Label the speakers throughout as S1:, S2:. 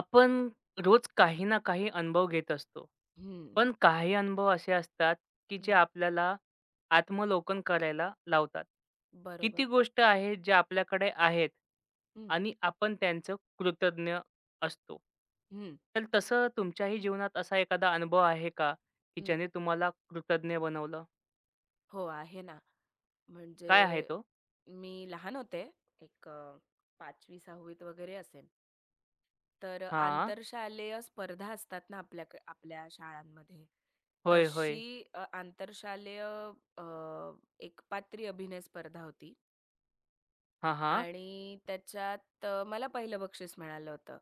S1: आपण रोज काही ना काही अनुभव घेत असतो.
S2: हं,
S1: पण काही अनुभव असे असतात, की जे
S2: हं.
S1: आपल्याला आत्मलोकन करायला लावतात. किती
S2: बरोबर.
S1: गोष्ट आहेत जे आपल्याकडे आहेत
S2: हं,
S1: आणि आपण त्यांचं कृतज्ञ असतो.
S2: हं,
S1: तर तसं तुमच्याही जीवनात असा एखादा अनुभव आहे का, की
S2: हं.
S1: ज्याने तुम्हाला कृतज्ञ बनवलं?
S2: हो, आहे ना. म्हणजे
S1: काय आहे तो?
S2: मी लहान होते, एक 5वी 6वी त वगैरे असेन. तर
S1: हां.
S2: आंतरशालेय स्पर्धा असतात ना आपल्या शाळांमध्ये,
S1: होय, होय.
S2: तशी आंतरशालेय अ, एकपात्री अभिनय स्पर्धा होती
S1: हां, हां.
S2: आणि त्याच्यात मला पहिलं बक्षीस मिळालं होतं.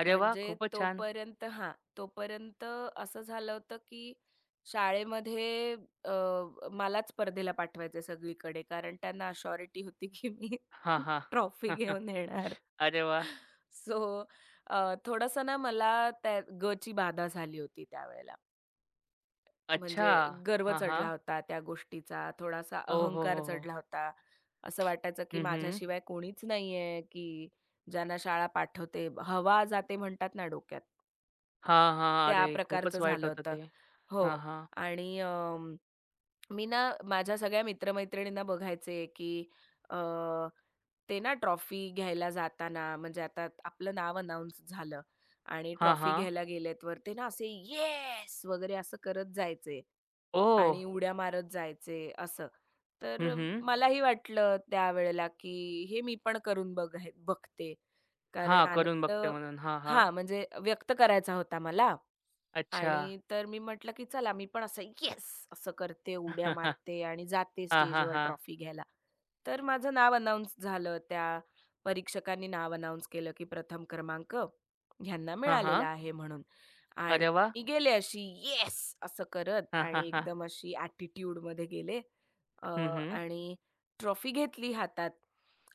S1: अरे वाह!
S2: म्हणजे
S1: खूपच छान.
S2: तोपर्यंत तोपर्यंत असं झालं होतं, की शाळेमध्ये अ, मलाच स्पर्धेला पाठवायचे सगळीकडे कारण त्यांना अशुरिटी होती, की मी
S1: हां, हां.
S2: ट्रॉफी घेऊन येणार.
S1: अरे वाह!
S2: सो थोडंसं ना मला त्या गची बाधा झाली होती त्यावेळेला. म्हणजे
S1: अच्छा.
S2: गर्व
S1: हां,
S2: चढला
S1: हां.
S2: होता त्या गोष्टीचा, थोडासा अहंकार
S1: ओहोहोहो!
S2: चढला होता. असं वाटायचं, की
S1: हं, हं.
S2: माझ्याशिवाय कोणीच नाहीये, की ज्यांना शाळा पाठवते. हवा जाते म्हणतात ना डोक्यात.
S1: हां, हां.
S2: त्या
S1: अरे
S2: प्रकारचं
S1: खूपच वाईट
S2: झालं
S1: होतं
S2: होतं.
S1: ते.
S2: हो.
S1: हां, हां.
S2: आणि मी ना माझ्या सगळ्या मित्र-मैत्रिणींना बघायचे, की अ, ते ना ट्रॉफी घ्यायला जाताना म्हणजे आता आपलं नाव अनाउन्स झालं आणि
S1: हां,
S2: ट्रॉफी
S1: हां.
S2: घ्यायला गेलेत वर ते ना असे "येस!" वगैरे असं करत जायचे
S1: ओह!
S2: आणि उड्या मारत जायचे असं.
S1: हं,
S2: तर
S1: हं.
S2: मलाही वाटलं त्यावेळेला, की हे मी पण करून बघाय बघते. कारण
S1: हां, करून
S2: आनंद
S1: बघते म्हणून. हां, हां.
S2: हां, म्हणजे व्यक्त करायचा होता मला.
S1: अच्छा.
S2: आणि तर मी म्हटलं, की चला मी पण असं येस! असं करते, उड्या
S1: हां,
S2: मारते आणि जाते
S1: हां,
S2: स्टेजवर
S1: हां.
S2: ट्रॉफी घ्यायला. तर माझं नाव अनाउन्स झालं. त्या परीक्षकांनी नाव अनाउन्स केलं, की प्रथम क्रमांक ह्यांना
S1: हां,
S2: मिळालेला
S1: हां.
S2: आहे म्हणून. आणि
S1: अरे वाह!
S2: मी गेले अशी येस! असं करत
S1: हां, हां,
S2: आणि
S1: हां.
S2: एकदम अशी ॲटिट्यूडमध्ये गेले अ,
S1: हं, हं.
S2: आणि ट्रॉफी घेतली हातात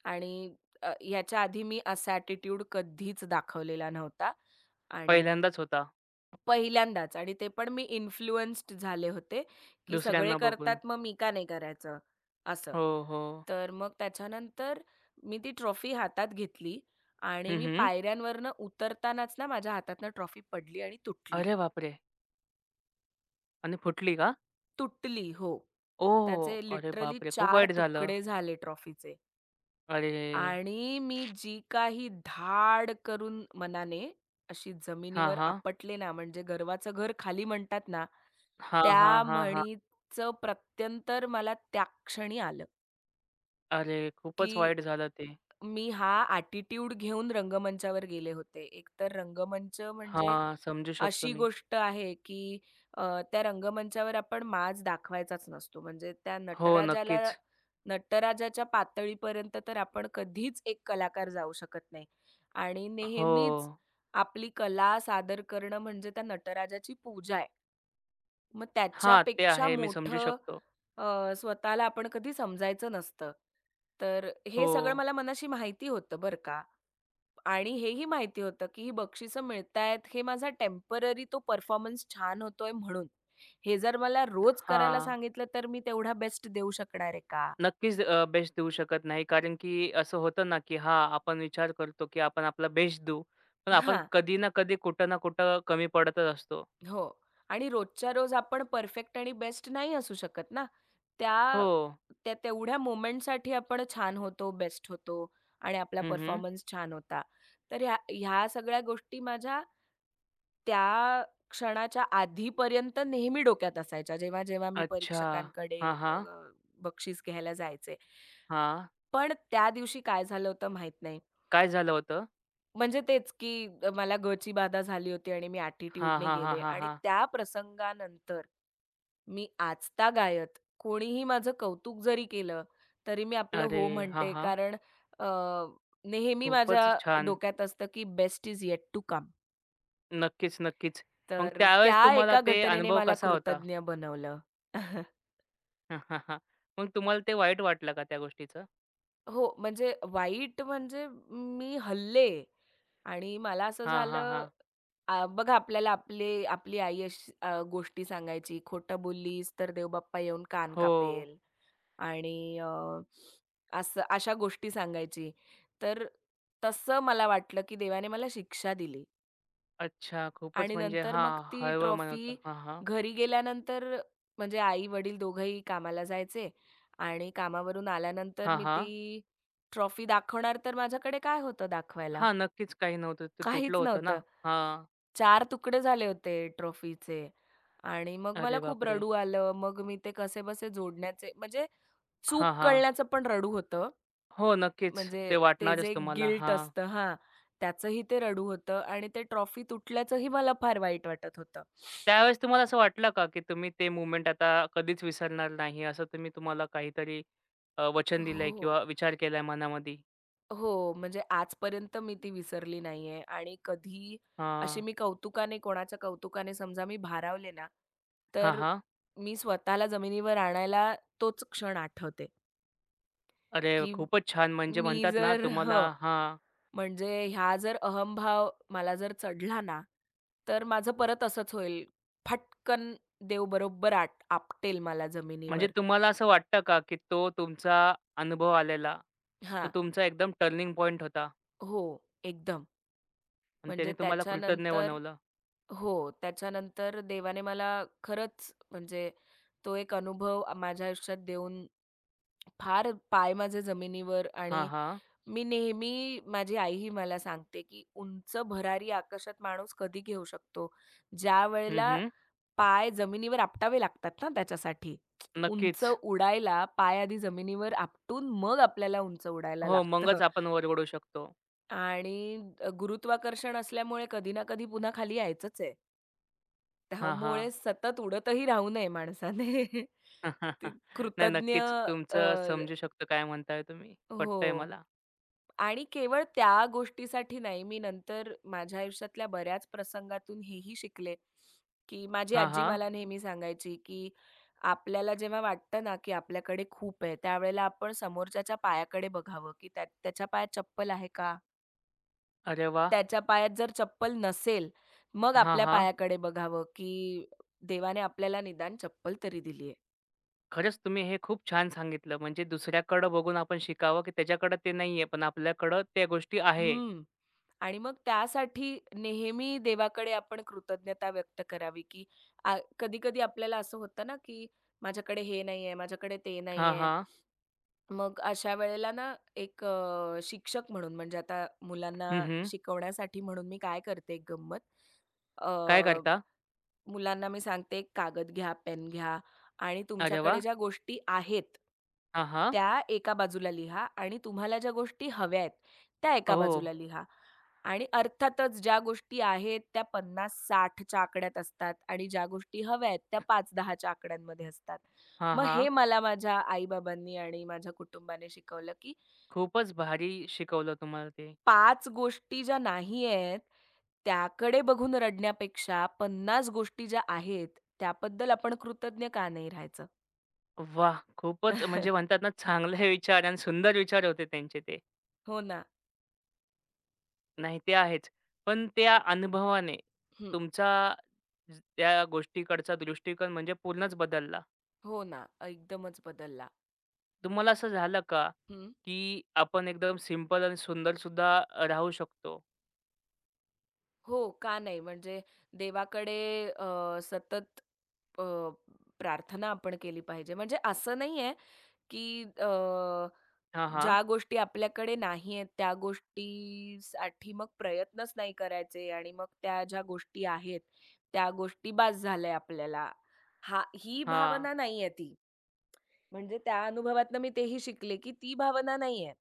S2: आणि ह्याच्या आधी मी असा ॲटिट्यूड कधीच दाखवलेला नव्हता आणि
S1: पहिल्यांदाच होता
S2: पहिल्यांदाच आणि ते पण मी इन्फ्लुएन्स्ड झाले होते, की सगळे
S1: दुसऱ्यांना बघून.
S2: करतात मग मी का नाही करायचं? असं.
S1: हो, हो.
S2: तर मग त्याच्यानंतर मी ती ट्रॉफी हातात घेतली आणि
S1: हं,
S2: मी
S1: हं.
S2: पायऱ्यांवरनं उतरतानाच ना माझ्या हातातनं ट्रॉफी पडली आणि तुटली.
S1: अरे बापरे! आणि फुटली का?
S2: तुटली. हो.
S1: ओह!
S2: त्याचे
S1: अरे
S2: लिटरली
S1: बापरे! खूप
S2: 4
S1: वाईट झालं.
S2: तुकडे झाले ट्रॉफीचे.
S1: अरे!
S2: आणि मी जी काही धाड करून मनाने अशी
S1: हां,
S2: जमिनीवर
S1: हां.
S2: आपटले ना, म्हणजे "गर्वाचं घर खाली" म्हणतात ना,
S1: हां, हां,
S2: त्या
S1: हां, हां.
S2: म्हणीचं प्रत्यंतर मला त्या क्षणी आलं.
S1: अरे
S2: की
S1: खूपच वाईट झालं ते.
S2: मी हा ॲटिट्यूड घेऊन रंगमंचावर गेले होते. एकतर रंगमंच म्हणजे
S1: हां, समजू
S2: अशी
S1: शकतो मी.
S2: गोष्ट आहे की अ, त्या रंगमंचावर आपण माज दाखवायचाच नसतो. म्हणजे त्या
S1: हो,
S2: नटराजाला
S1: नक्कीच.
S2: नटराजाच्या पातळीपर्यंत तर आपण कधीच एक कलाकार जाऊ शकत नाही. आणि
S1: हो.
S2: नेहमीच आपली कला सादर करणं म्हणजे त्या नटराजाची पूजा आहे. मग
S1: हां, ते
S2: त्याच्यापेक्षा
S1: आहे. मी समजू
S2: मोठं
S1: शकतो.
S2: स्वतःला आपण कधी समजायचं नसतं. तर हे
S1: हो.
S2: सगळं मला मनाशी माहिती होतं बरं का आणि हेही माहिती होतं, की ही बक्षिसं मिळतायत हे माझा टेम्पररी तो परफॉर्मन्स छान होतोय म्हणून. हे जर मला रोज करायला
S1: हां.
S2: सांगितलं तर मी तेवढा बेस्ट देऊ शकणार आहे का?
S1: नक्कीच बेस्ट देऊ शकत नाही कारण की असं होतं ना, की हां, आपण विचार करतो, की आपण आपला बेस्ट देऊ. पण आपण
S2: हां.
S1: कधी ना कधी, कुठं ना कुठं कमी पडतच असतो.
S2: हो. आणि रोजच्या रोज आपण परफेक्ट आणि बेस्ट नाही असू शकत ना. त्या
S1: हो.
S2: त्या तेवढ्या मोमेंटसाठी आपण छान होतो, बेस्ट होतो आणि आपला
S1: हं, हं.
S2: परफॉर्मन्स छान होता. तर ह्या ह्या सगळ्या गोष्टी माझ्या त्या क्षणाच्या आधीपर्यंत नेहमी डोक्यात असायच्या, जेव्हा-जेव्हा मी
S1: अच्छा.
S2: परीक्षकांकडे
S1: हां,
S2: अ,
S1: हां.
S2: बक्षीस घ्यायला जायचे.
S1: हां.
S2: पण त्या दिवशी काय झालं होतं माहीत नाही.
S1: काय झालं होतं?
S2: म्हणजे तेच की मला ग बाधा झाली होती आणि मी
S1: हां,
S2: ॲटिट्यूडने
S1: हां, हां,
S2: गेले
S1: हां,
S2: आणि
S1: हां.
S2: त्या प्रसंगानंतर मी आचता गायत. कोणीही माझं कौतुक जरी केलं, तरी मी आपलं
S1: अरे!
S2: हो
S1: हां,
S2: म्हणते.
S1: हां.
S2: कारण अ, नेहमी
S1: खूपच
S2: माझ्या
S1: छान.
S2: डोक्यात असतं, की best is yet to come.
S1: नक्कीच, नक्कीच. मग
S2: तर
S1: त्यावेळेस
S2: त्या
S1: तुम्हाला
S2: एका
S1: ते
S2: घटनेने
S1: अनुभव
S2: मला
S1: कसा होता?
S2: कृतज्ञ बनवलं.
S1: मग तुम्हाला ते वाईट वाटलं का त्या गोष्टीचं?
S2: हो, म्हणजे वाईट म्हणजे मी हलले आणि मला असं
S1: हां, हां,
S2: झालं
S1: हां.
S2: आ, बघा आपल्याला आपली आई अशी गोष्टी सांगायची, "खोटं बोललीस तर देवबाप्पा येऊन कान
S1: हो.
S2: कापेल." आणि असं अशा गोष्टी सांगायची. तर तसं मला वाटलं, की देवाने मला शिक्षा दिली
S1: अच्छा, खूपच
S2: आणि
S1: म्हणजे
S2: नंतर मग
S1: हां,
S2: ती
S1: हळवं मन होतं.
S2: ट्रॉफी
S1: हां, हां.
S2: घरी गेल्यानंतर म्हणजे आई-वडील दोघंही कामाला जायचे आणि कामावरून आल्यानंतर
S1: हां,
S2: मी ती
S1: हां.
S2: ट्रॉफी दाखवणार तर माझ्याकडे काय होतं दाखवायला?
S1: हां, नक्कीच काही नव्हतं. ते तुटलं
S2: काहीच
S1: होतं ना.
S2: नव्हतं.
S1: हां.
S2: 4 तुकडे झाले होते ट्रॉफीचे आणि मग मला
S1: अरे
S2: खूप
S1: बापरे!
S2: रडू आलं. मग मी ते कसेबसे जोडण्याचे म्हणजे
S1: हां,
S2: चूक
S1: हां.
S2: कळण्याचं पण रडू होतं.
S1: हो, नक्कीच.
S2: म्हणजे
S1: ते
S2: ते
S1: वाटणारच
S2: जे
S1: तुम्हाला.
S2: गिल्ट
S1: हां.
S2: असतं हां, त्याचंही ते रडू होतं आणि ते ट्रॉफी तुटल्याचंही मला फार वाईट वाटत होतं.
S1: त्यावेळेस तुम्हाला असं वाटलं का, की तुम्ही ते मूव्हमेंट आता कधीच विसरणार नाही, असं तुम्ही तुम्हाला काहीतरी वचन दिलंय
S2: हो.
S1: किंवा विचार केलाय मनामध्ये?
S2: हो, म्हणजे आजपर्यंत मी ती विसरली नाहीये आणि कधी अशी
S1: हां.
S2: मी कौतुकाने, कोणाच्या कौतुकाने समजा मी भारावले ना,
S1: हां,
S2: तर
S1: हां.
S2: मी स्वतःला जमिनीवर आणायला तोच क्षण आठवते,
S1: अरे,
S2: की
S1: खूपच छान! म्हणजे
S2: मी
S1: म्हणतात ना
S2: जर
S1: तुम्हाला
S2: हं.
S1: हां.
S2: म्हणजे ह्या जर अहंभाव मला जर चढला ना, तर माझं परत असंच होईल. फटकन देव बरोबर आट आपटेल मला
S1: म्हणजे
S2: जमिनीवर.
S1: तुम्हाला असं वाटतं का, की तो तुमचा अनुभव आलेला, तो
S2: हां.
S1: तुमचा एकदम टर्निंग पॉइंट होता
S2: हो. एकदम.
S1: आणि
S2: म्हणजे
S1: त्याने तुम्हाला कृतज्ञ
S2: त्याच्यानंतर
S1: बनवलं?
S2: हो. त्याच्यानंतर देवाने मला खरंच म्हणजे तो एक अनुभव माझ्या आयुष्यात देऊन फार पाय माझे जमिनीवर
S1: हां,
S2: आणि
S1: हां.
S2: मी नेहमी माझी आई ही मला सांगते, की "उंच भरारी आकाशात माणूस कधी घेऊ शकतो,
S1: हं,
S2: ज्यावेळेला
S1: हं.
S2: पाय जमिनीवर आपटावे लागतात ना त्याच्यासाठी." उंच
S1: नक्कीच.
S2: उडायला पाय आधी जमिनीवर आपटून मग आपल्याला उंच उडायला
S1: हो,
S2: लागतं
S1: मगच आपण वरवडू शकतो.
S2: आणि गुरुत्वाकर्षण असल्यामुळे कधी ना कधी पुन्हा खाली यायचंच आहे.
S1: हां, हां.
S2: त्यामुळे सतत उडतही राहू नये माणसाने. ते
S1: नाही,
S2: कृतज्ञ
S1: नक्कीच तुमचं समजू शकतो काय म्हणताय तुम्ही. पटतंय
S2: हो.
S1: मला.
S2: आणि केवळ त्या गोष्टीसाठी नाही, मी नंतर माझ्या आयुष्यातल्या बऱ्याच प्रसंगातून हेही शिकले, की माझी
S1: हां,
S2: आजी
S1: हां.
S2: मला नेहमी सांगायची, की आपल्याला जेव्हा वाटतं ना, की आपल्याकडे खूप आहे, त्यावेळेला आपण समोरच्याच्या पायाकडे बघावं, की त्याच्या पायात चप्पल आहे का?
S1: अरे वाह!
S2: त्याच्या पायात जर चप्पल नसेल, मग
S1: हां,
S2: आपल्या
S1: हां.
S2: पायाकडे बघावं, की देवाने आपल्याला निदान चप्पल तरी दिली
S1: खरंच तुम्ही हे खूप छान सांगितलं. म्हणजे दुसऱ्याकडं बघून आपण शिकावं, की त्याच्याकडं ते नाहीये, पण आपल्याकडं त्या गोष्टी आहे.
S2: हं. आणि मग त्यासाठी नेहमी देवाकडे आपण कृतज्ञता व्यक्त करावी, की आ कधी-कधी आपल्याला असं होतं ना, की माझ्याकडे हे नाहीये, माझ्याकडे ते
S1: हां,
S2: नाहीये.
S1: हां.
S2: मग अशा वेळेला ना, एक शिक्षक म्हणून म्हणजे आता मुलांना
S1: हं, हं.
S2: शिकवण्यासाठी म्हणून मी काय करते एक गंमत,
S1: काय करता?
S2: मुलांना मी सांगते एक कागद घ्या, पेन घ्या आणि
S1: अरे
S2: तुमच्याकडे
S1: वाह!
S2: ज्या गोष्टी आहेत,
S1: हां, हां.
S2: त्या एका बाजूला लिहा आणि तुम्हाला ज्या गोष्टी हव्या आहेत, त्या एका
S1: ओह!
S2: बाजूला लिहा. आणि अर्थातच ज्या गोष्टी आहेत त्या 50-60 च्या आकड्यात असतात आणि ज्या गोष्टी हव्या आहेत त्या 5-10 आकड्यांमध्ये असतात.
S1: हां,
S2: मग हे
S1: हां.
S2: मला माझ्या आई आणि माझ्या कुटुंबाने शिकवलं, की
S1: खूपच भारी शिकवलं तुम्हाला ते.
S2: पाच गोष्टी ज्या नाही आहेत, त्याकडे बघून रडण्यापेक्षा 50 गोष्टी ज्या आहेत, त्याबद्दल आपण कृतज्ञ का नाही राहायचं?
S1: वाह! खूपच म्हणजे म्हणतात ना, चांगले विचार आणि सुंदर विचार होते त्यांचे ते.
S2: हो ना.
S1: नाही ते आहेच. पण त्या अनुभवाने
S2: हं.
S1: तुमचा त्या गोष्टीकडचा दृष्टिकोन म्हणजे पूर्णच बदलला.
S2: हो ना. एकदमच बदलला.
S1: तुम्हाला असं झालं का,
S2: हं.
S1: की आपण एकदम सिंपल आणि सुंदर सुद्धा राहू शकतो?
S2: हो, का नाही? म्हणजे देवाकडे सतत अ, प्रार्थना आपण केली पाहिजे. म्हणजे असं नाहीये, की अ
S1: हां, हां.
S2: ज्या गोष्टी आपल्याकडे नाही आहेत त्या गोष्टीसाठी मग प्रयत्नच नाही करायचे आणि मग त्या ज्या गोष्टी आहेत त्या गोष्टी बास झाल्या आपल्याला. हा ही
S1: हां.
S2: भावना नाहीये ती. म्हणजे त्या अनुभवातनं मी तेही शिकले, की ती भावना नाहीये.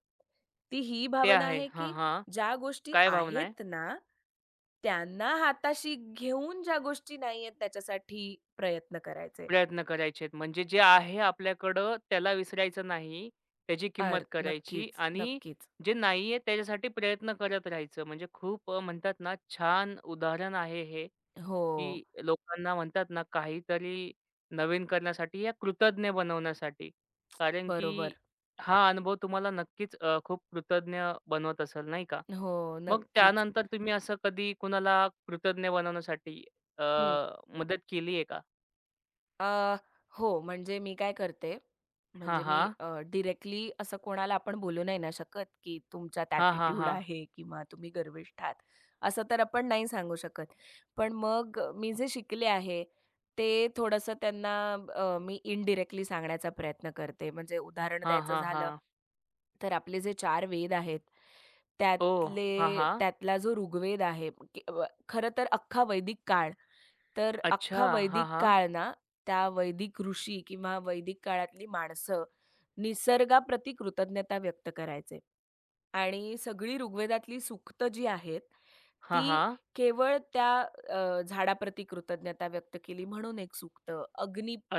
S2: ती ही
S1: ते
S2: भावना
S1: आहे.
S2: आहे,
S1: हां,
S2: की
S1: हां.
S2: ज्या गोष्टी
S1: काय भावना आहे?
S2: आहेत ना, त्यांना हाताशी घेऊन ज्या गोष्टी नाहीयेत त्याच्यासाठी प्रयत्न करायचे.
S1: प्रयत्न करायचेत. म्हणजे जे आहे आपल्याकडं त्याला विसरायचं नाही. त्याची किंमत
S2: अर
S1: करायची
S2: नक्कीच,
S1: आणि
S2: नक्कीच.
S1: जे नाहीये त्याच्यासाठी प्रयत्न करत राहायचं. म्हणजे खूप म्हणतात ना छान उदाहरण आहे हे,
S2: हो,
S1: की लोकांना म्हणतात ना काहीतरी नवीन करण्यासाठी या कृतज्ञ बनवण्यासाठी. कारण की
S2: बरोबर.
S1: हा अनुभव तुम्हाला नक्कीच खूप कृतज्ञ बनवत असेल नाही का?
S2: हो,
S1: मग
S2: नक्कीच.
S1: त्यानंतर तुम्ही असं कधी कुणाला कृतज्ञ बनवण्यासाठी अ, मदत केली आहे का?
S2: अ, हो, म्हणजे मी काय करते,
S1: हां,
S2: म्हणजे मी
S1: हां.
S2: डायरेक्टली असं कोणाला आपण बोलू नाही ना शकत, की तुमच्यात
S1: हां, हां,
S2: ॲटिट्यूड
S1: हां.
S2: आहे किंवा तुम्ही गर्विष्ठ आहात, असं तर आपण नाही सांगू शकत. पण मग मी जे शिकले आहे, ते थोडंसं त्यांना मी इनडायरेक्टली सांगण्याचा प्रयत्न करते. म्हणजे उदाहरण
S1: हां,
S2: द्यायचं
S1: हां,
S2: झालं,
S1: हां.
S2: तर आपले जे 4 वेद आहेत,
S1: ओह! हां, हां.
S2: त्यातला जो ऋग्वेद आहे, की खरं तर अख्खा वैदिक काळ, तर
S1: अच्छा.
S2: अख्खा
S1: हां,
S2: वैदिक
S1: हां.
S2: काळ ना त्या वैदिक ऋषी किंवा वैदिक काळातली माणसं निसर्गाप्रती कृतज्ञता व्यक्त करायचे आणि सगळी ऋग्वेदातली सूक्तं जी आहेत,
S1: हां,
S2: ती
S1: हां.
S2: केवळ त्या झाडाप्रती कृतज्ञता व्यक्त केली म्हणून एक सूक्त,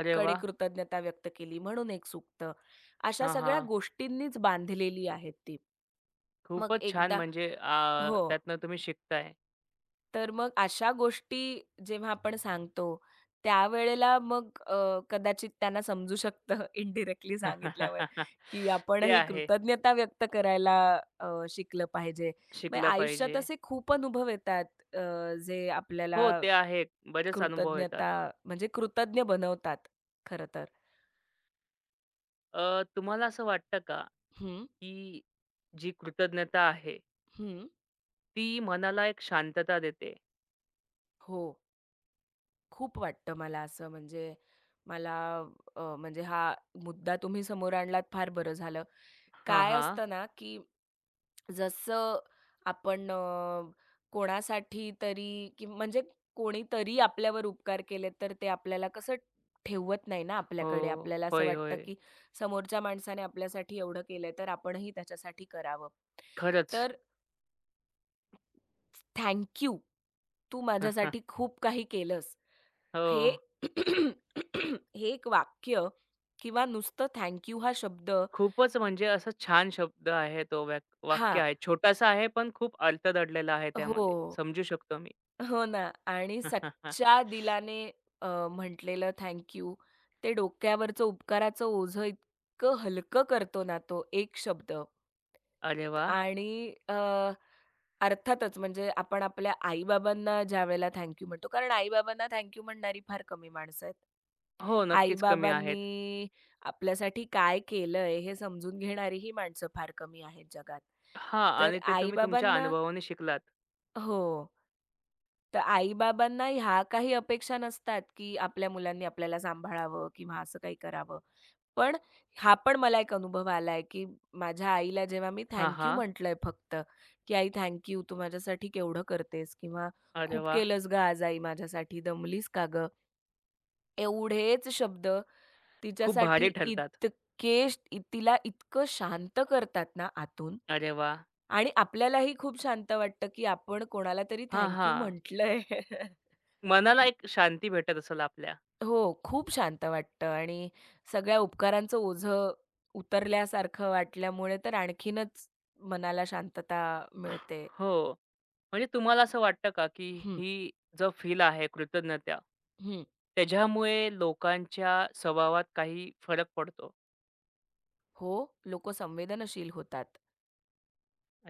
S1: अरे वाह!
S2: कृतज्ञता व्यक्त केली म्हणून एक सूक्त, अशा
S1: हां,
S2: सगळ्या
S1: हां.
S2: गोष्टींनीच बांधलेली आहेत ती. मग
S1: खूपच छान
S2: एकदा
S1: म्हणजे
S2: हो.
S1: त्यातनं तुम्ही शिकताय.
S2: तर मग अशा गोष्टी जेव्हा आपण सांगतो, त्यावेळेला मग कदाचित त्यांना समजू शकतं इनडायरेक्टली सांगितल्यावर, की
S1: ते
S2: आपणही
S1: आहे.
S2: कृतज्ञता व्यक्त करायला शिकलं पाहिजे. मग
S1: शिकलं
S2: आयुष्यात
S1: पाहिजे.
S2: असे खूप अनुभव येतात जे आपल्याला
S1: हो, ते आहे. बरेच अनुभव येतात.
S2: कृतज्ञता म्हणजे कृतज्ञ बनवतात खरं तर.
S1: तुम्हाला असं वाटतं का,
S2: हं,
S1: की जी कृतज्ञता आहे,
S2: हं.
S1: ती मनाला एक शांतता देते?
S2: हो. खूप वाटतं मला असं म्हणजे मला म्हणजे हा मुद्दा तुम्ही समोर आणलात फार बरं झालं.
S1: हां,
S2: काय
S1: हां.
S2: असतं ना, की जसं आपण कोणासाठी तरी की म्हणजे कोणीतरी आपल्यावर उपकार केले तर ते आपल्याला कसं ठेवत नाही ना आपल्याकडे.
S1: हो.
S2: आपल्याला असं
S1: होय,
S2: वाटतं,
S1: होय.
S2: की समोरच्या माणसाने आपल्यासाठी एवढं केलंय तर आपणही त्याच्यासाठी करावं.
S1: खरंच.
S2: तर थँक तू माझ्यासाठी खूप काही केलंस.
S1: हो.
S2: हे हे एक वाक्य किंवा नुसतं थँक यू हा शब्द
S1: खूपच म्हणजे असा छान शब्द आहे तो वाक्य
S2: हां.
S1: आहे. छोटासा आहे, पण खूप अर्थ दडलेला आहे त्यामध्ये.
S2: हो,
S1: समजू शकतो मी.
S2: हो ना आणि सच्चा दिलाने म्हटलेलं थँक यू ते डोक्यावरचं उपकाराचं ओझं इतकं हलकं करतो ना तो एक शब्द.
S1: अरे वाह!
S2: आणि अर्थातच म्हणजे आपण आपल्या आई-बाबांना ज्यावेळेला थँक यू म्हणतो कारण आई-बाबांना थँक्यू म्हणणारी फार कमी माणसं आहेत.
S1: हो, नक्कीच कमी आहेत.
S2: आई-बाबांनी आपल्यासाठी काय केलंय हे समजून घेणारीही माणसं फार कमी आहेत जगात.
S1: हां
S2: तर
S1: आणि ते तुम्ही तुमच्या
S2: आई-बाबांना
S1: अनुभवाने शिकलात.
S2: हो. तर आई-बाबांना ह्या काही अपेक्षा नसतात, की आपल्या मुलांनी आपल्याला सांभाळावं किंवा असं काही करावं. पण हा पण मला एक अनुभव आलाय, की माझ्या आईला जेव्हा मी
S1: हां,
S2: थँक
S1: हां.
S2: म्हटलंय फक्त, की "आई थँक तू माझ्यासाठी केवढं करतेस" किंवा
S1: अरे
S2: "खूप
S1: वाह!
S2: केलंस गं आज आई माझ्यासाठी, दमलीस का गं?" एवढेच शब्द
S1: खूप भारी
S2: तिच्यासाठी
S1: ठरतात.
S2: तिला इतकं शांत करतात ना आतून
S1: अरे वाह!
S2: आणि आपल्यालाही खूप शांत वाटतं, की आपण कोणाला तरी
S1: हां,
S2: थँक यू
S1: हां.
S2: म्हटलंय.
S1: मनाला एक शांती भेटत असेल आपल्या.
S2: हो, खूप शांत वाटतं आणि सगळ्या उपकारांचं ओझं उतरल्यासारखं वाटल्यामुळे तर आणखीनच मनाला शांतता मिळते.
S1: हो. म्हणजे तुम्हाला असं वाटतं का, की
S2: हं,
S1: ही जो फील आहे कृतज्ञता,
S2: हं.
S1: त्याच्यामुळे लोकांच्या स्वभावात काही फरक पडतो?
S2: हो, लोकं संवेदनशील होतात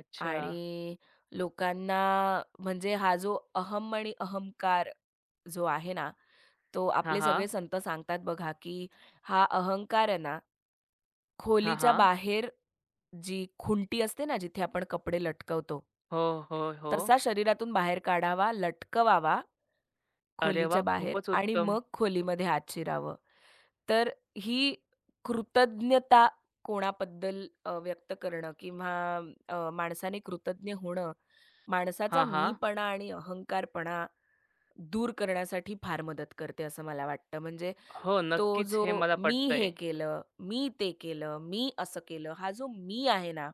S1: अच्छा.
S2: आणि लोकांना म्हणजे हा जो अहं आणि अहंकार जो आहे ना, तो
S1: हां,
S2: आपले सगळे
S1: हां.
S2: संत सांगतात बघा, की हा अहंकार आहे ना,
S1: हां,
S2: खोलीच्या
S1: हां.
S2: बाहेर जी खुंटी असते ना, जिथे आपण कपडे लटकवतो,
S1: हो, हो, हो.
S2: तसा शरीरातून बाहेर काढावा, लटकवावा
S1: अरे
S2: खोलीच्या
S1: वाह!
S2: बाहेर
S1: खूपच
S2: आणि
S1: उत्तम.
S2: मग खोलीमध्ये आत शिरावं. तर ही कृतज्ञता कोणाबद्दल व्यक्त करणं किंवा माणसाने कृतज्ञ होणं, माणसाचा
S1: हां, हां.
S2: मीपणा आणि अहंकारपणा दूर करण्यासाठी फार मदत करते असं मला वाटतं. म्हणजे
S1: हो,
S2: तो
S1: नक्कीच
S2: जो
S1: हे मला
S2: "मी हे
S1: पटतंय.
S2: केलं, मी ते केलं, मी असं केलं" हा जो "मी" आहे ना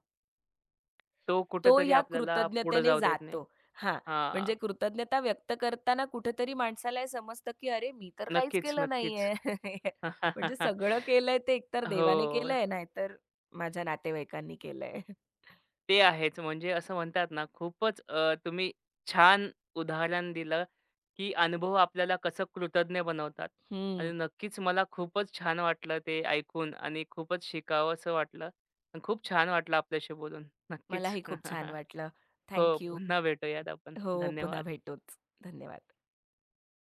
S1: तो
S2: तो
S1: कुठेतरी
S2: या
S1: आपल्याला पुढे
S2: कृतज्ञतेने
S1: जाऊ देत नाही.
S2: जातो. हां,
S1: हां.
S2: म्हणजे कृतज्ञता व्यक्त करताना कुठेतरी माणसाला हे समजतं, की "अरे, मी तर काहीच
S1: नक्कीच,
S2: केलं
S1: नक्कीच.
S2: नाहीये." म्हणजे सगळं केलंय ते एकतर
S1: हो,
S2: देवाने केलंय, नाहीतर माझ्या नातेवाईकांनी केलंय.
S1: ते आहेच. म्हणजे असं म्हणतात ना, खूपच तुम्ही छान उदाहरण दिलं की अनुभव आपल्याला कसं कृतज्ञ बनवतात. आणि
S2: हं.
S1: नक्कीच मला खूपच छान वाटलं ते ऐकून आणि खूपच शिकावंसं वाटलं आणि खूप छान वाटलं आपल्याशी बोलून. नक्कीच.
S2: मलाही खूप छान वाटलं.
S1: हो,
S2: थँक यू.
S1: पुन्हा भेटूयात आपण.
S2: हो, पुन्हा
S1: धन्यवाद.
S2: भेटूच. धन्यवाद.